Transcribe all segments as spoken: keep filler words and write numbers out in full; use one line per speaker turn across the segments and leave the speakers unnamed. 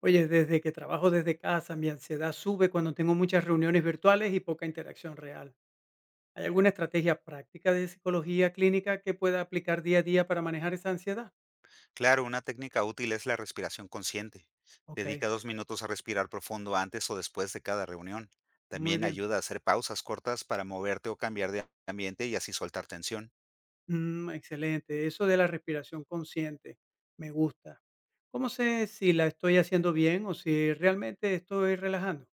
Oye, desde que trabajo desde casa, mi ansiedad sube cuando tengo muchas reuniones virtuales y poca interacción real. ¿Hay alguna estrategia práctica de psicología clínica que pueda aplicar día a día para manejar esa ansiedad?
Claro, una técnica útil es la respiración consciente.
Ok,
Dedica dos minutos a respirar profundo antes o después de cada reunión.
muy
También
bien.
ayuda a hacer pausas cortas para moverte o cambiar de ambiente y así soltar tensión.
Mm, excelente. Eso de la respiración consciente, me gusta. ¿Cómo sé si la estoy haciendo bien o si realmente estoy relajando?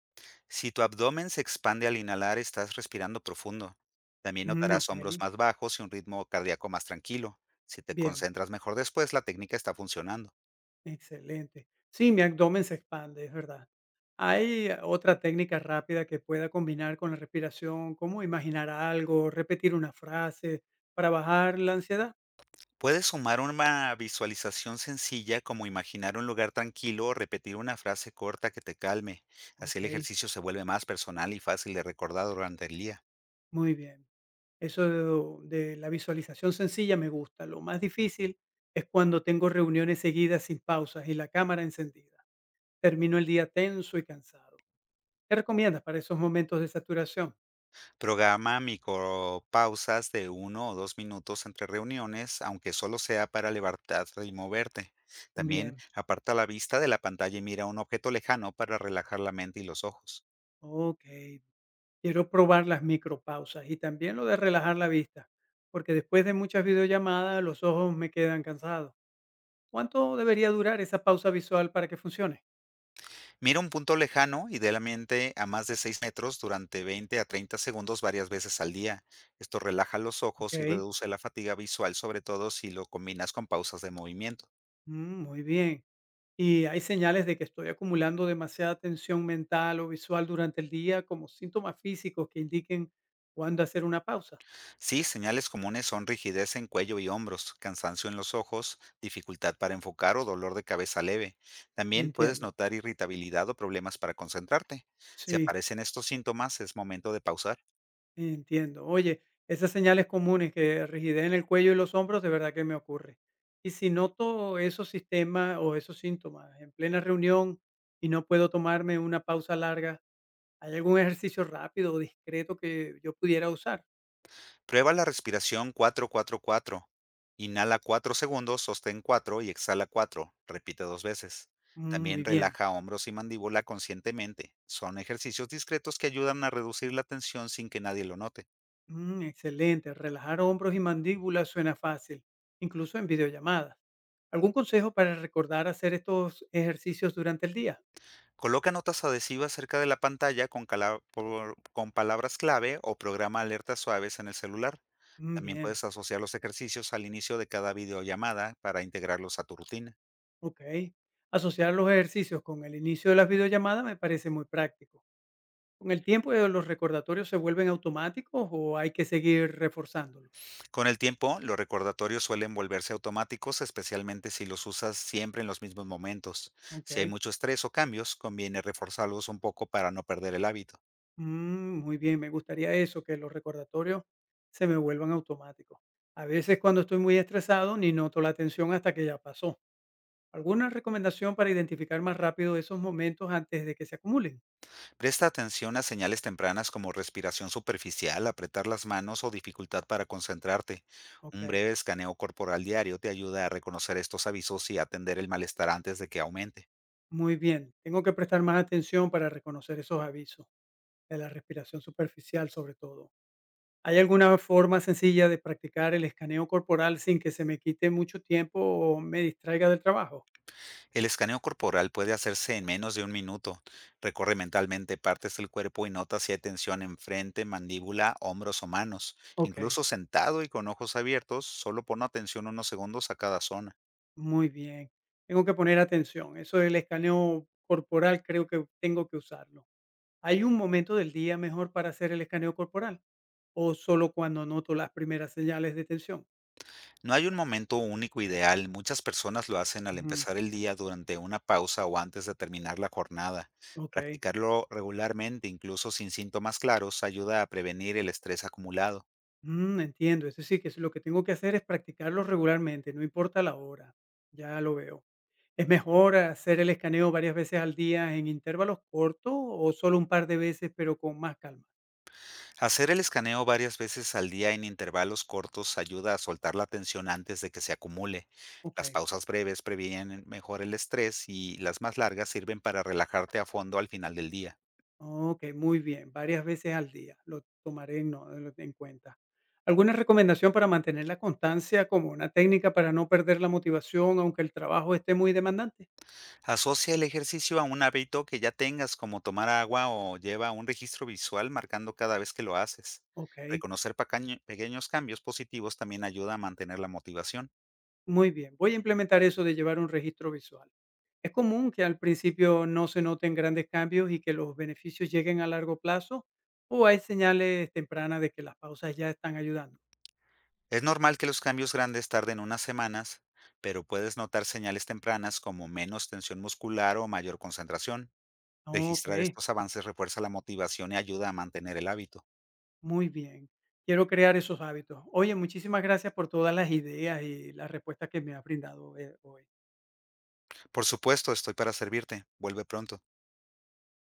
Si tu abdomen se expande al inhalar, estás respirando profundo. También
Mm,
notarás
ok,
hombros más bajos y un ritmo cardíaco más tranquilo. Si te
bien.
concentras mejor después, la técnica está funcionando.
Excelente. Sí, mi abdomen se expande, es verdad. ¿Hay otra técnica rápida que pueda combinar con la respiración, como imaginar algo, repetir una frase para bajar la ansiedad?
Puedes sumar una visualización sencilla como imaginar un lugar tranquilo o repetir una frase corta que te calme. Así el
Ok,
ejercicio se vuelve más personal y fácil de recordar durante el día.
muy bien. Eso de la visualización sencilla me gusta. Lo más difícil es cuando tengo reuniones seguidas sin pausas y la cámara encendida. Termino el día tenso y cansado. ¿Qué recomiendas para esos momentos de saturación?
Programa micropausas de uno o dos minutos entre reuniones, aunque solo sea para levantarte y moverte. También
Bien,
aparta la vista de la pantalla y mira un objeto lejano para relajar la mente y los ojos.
ok, quiero probar las micropausas y también lo de relajar la vista, porque después de muchas videollamadas los ojos me quedan cansados. ¿Cuánto debería durar esa pausa visual para que funcione?
Mira un punto lejano, idealmente a más de seis metros, durante veinte a treinta segundos varias veces al día. Esto relaja los ojos y
Ok,
reduce la fatiga visual, sobre todo si lo combinas con pausas de movimiento.
mm, muy bien. ¿Y hay señales de que estoy acumulando demasiada tensión mental o visual durante el día como síntomas físicos que indiquen cuándo hacer una pausa?
Sí, señales comunes son rigidez en cuello y hombros, cansancio en los ojos, dificultad para enfocar o dolor de cabeza leve. También puedes
Entiendo.
notar irritabilidad o problemas para concentrarte. Si
Sí,
aparecen estos síntomas, es momento de pausar.
entiendo. Oye, esas señales comunes que rigidez en el cuello y los hombros, de verdad que me ocurre. Y si noto esos sistemas o esos síntomas en plena reunión y no puedo tomarme una pausa larga, ¿hay algún ejercicio rápido o discreto que yo pudiera usar?
Prueba la respiración cuatro cuatro cuatro. Inhala cuatro segundos, sostén cuatro y exhala cuatro. Repite dos veces.
Mm, Muy
También
bien.
relaja hombros y mandíbula conscientemente. Son ejercicios discretos que ayudan a reducir la tensión sin que nadie lo note.
Mm, excelente. Relajar hombros y mandíbulas suena fácil, incluso en videollamadas. ¿Algún consejo para recordar hacer estos ejercicios durante el día?
Coloca notas adhesivas cerca de la pantalla con, cala- por- con palabras clave o programa alertas suaves en el celular.
Mm,
También
bien.
puedes asociar los ejercicios al inicio de cada videollamada para integrarlos a tu rutina.
Okey. Asociar los ejercicios con el inicio de las videollamadas me parece muy práctico. ¿Con el tiempo eh, los recordatorios se vuelven automáticos o hay que seguir reforzándolos?
Con el tiempo, los recordatorios suelen volverse automáticos, especialmente si los usas siempre en los mismos momentos. Si hay
Okey.
mucho estrés o cambios, conviene reforzarlos un poco para no perder el hábito.
Mm, muy bien, me gustaría eso, que los recordatorios se me vuelvan automáticos. A veces cuando estoy muy estresado ni noto la tensión hasta que ya pasó. ¿Alguna recomendación para identificar más rápido esos momentos antes de que se acumulen?
Presta atención a señales tempranas como respiración superficial, apretar las manos o dificultad para concentrarte. Un
Okey,
breve escaneo corporal diario te ayuda a reconocer estos avisos y atender el malestar antes de que aumente.
muy bien. Tengo que prestar más atención para reconocer esos avisos de la respiración superficial, sobre todo. ¿Hay alguna forma sencilla de practicar el escaneo corporal sin que se me quite mucho tiempo o me distraiga del trabajo?
El escaneo corporal puede hacerse en menos de un minuto. Recorre mentalmente partes del cuerpo y nota si hay tensión en frente, mandíbula, hombros o manos.
Ok,
Incluso sentado y con ojos abiertos, solo pon atención unos segundos a cada zona.
muy bien. Tengo que poner atención. Eso del escaneo corporal creo que tengo que usarlo. ¿Hay un momento del día mejor para hacer el escaneo corporal? ¿O solo cuando noto las primeras señales de tensión?
No hay un momento único ideal. Muchas personas lo hacen al
Ujú.
empezar el día, durante una pausa o antes de terminar la jornada.
Ok,
Practicarlo regularmente, incluso sin síntomas claros, ayuda a prevenir el estrés acumulado.
Mm, entiendo. Es decir, que lo que tengo que hacer es practicarlo regularmente, no importa la hora. Ya lo veo. ¿Es mejor hacer el escaneo varias veces al día en intervalos cortos o solo un par de veces, pero con más calma?
Hacer el escaneo varias veces al día en intervalos cortos ayuda a soltar la tensión antes de que se acumule.
Ok,
Las pausas breves previenen mejor el estrés y las más largas sirven para relajarte a fondo al final del día.
ok, muy bien, varias veces al día, lo tomaré en, no- en en cuenta. ¿Alguna recomendación para mantener la constancia como una técnica para no perder la motivación aunque el trabajo esté muy demandante?
Asocia el ejercicio a un hábito que ya tengas como tomar agua o lleva un registro visual marcando cada vez que lo haces.
Ok.
Reconocer pacaño- pequeños cambios positivos también ayuda a mantener la motivación.
Muy bien, voy a implementar eso de llevar un registro visual. Es común que al principio no se noten grandes cambios y que los beneficios lleguen a largo plazo o hay señales tempranas de que las pausas ya están ayudando.
Es normal que los cambios grandes tarden unas semanas, pero puedes notar señales tempranas como menos tensión muscular o mayor concentración.
Ok,
Registrar estos avances refuerza la motivación y ayuda a mantener el hábito.
muy bien. Quiero crear esos hábitos. Oye, muchísimas gracias por todas las ideas y las respuestas que me has brindado eh, hoy.
Por supuesto, estoy para servirte. Vuelve pronto.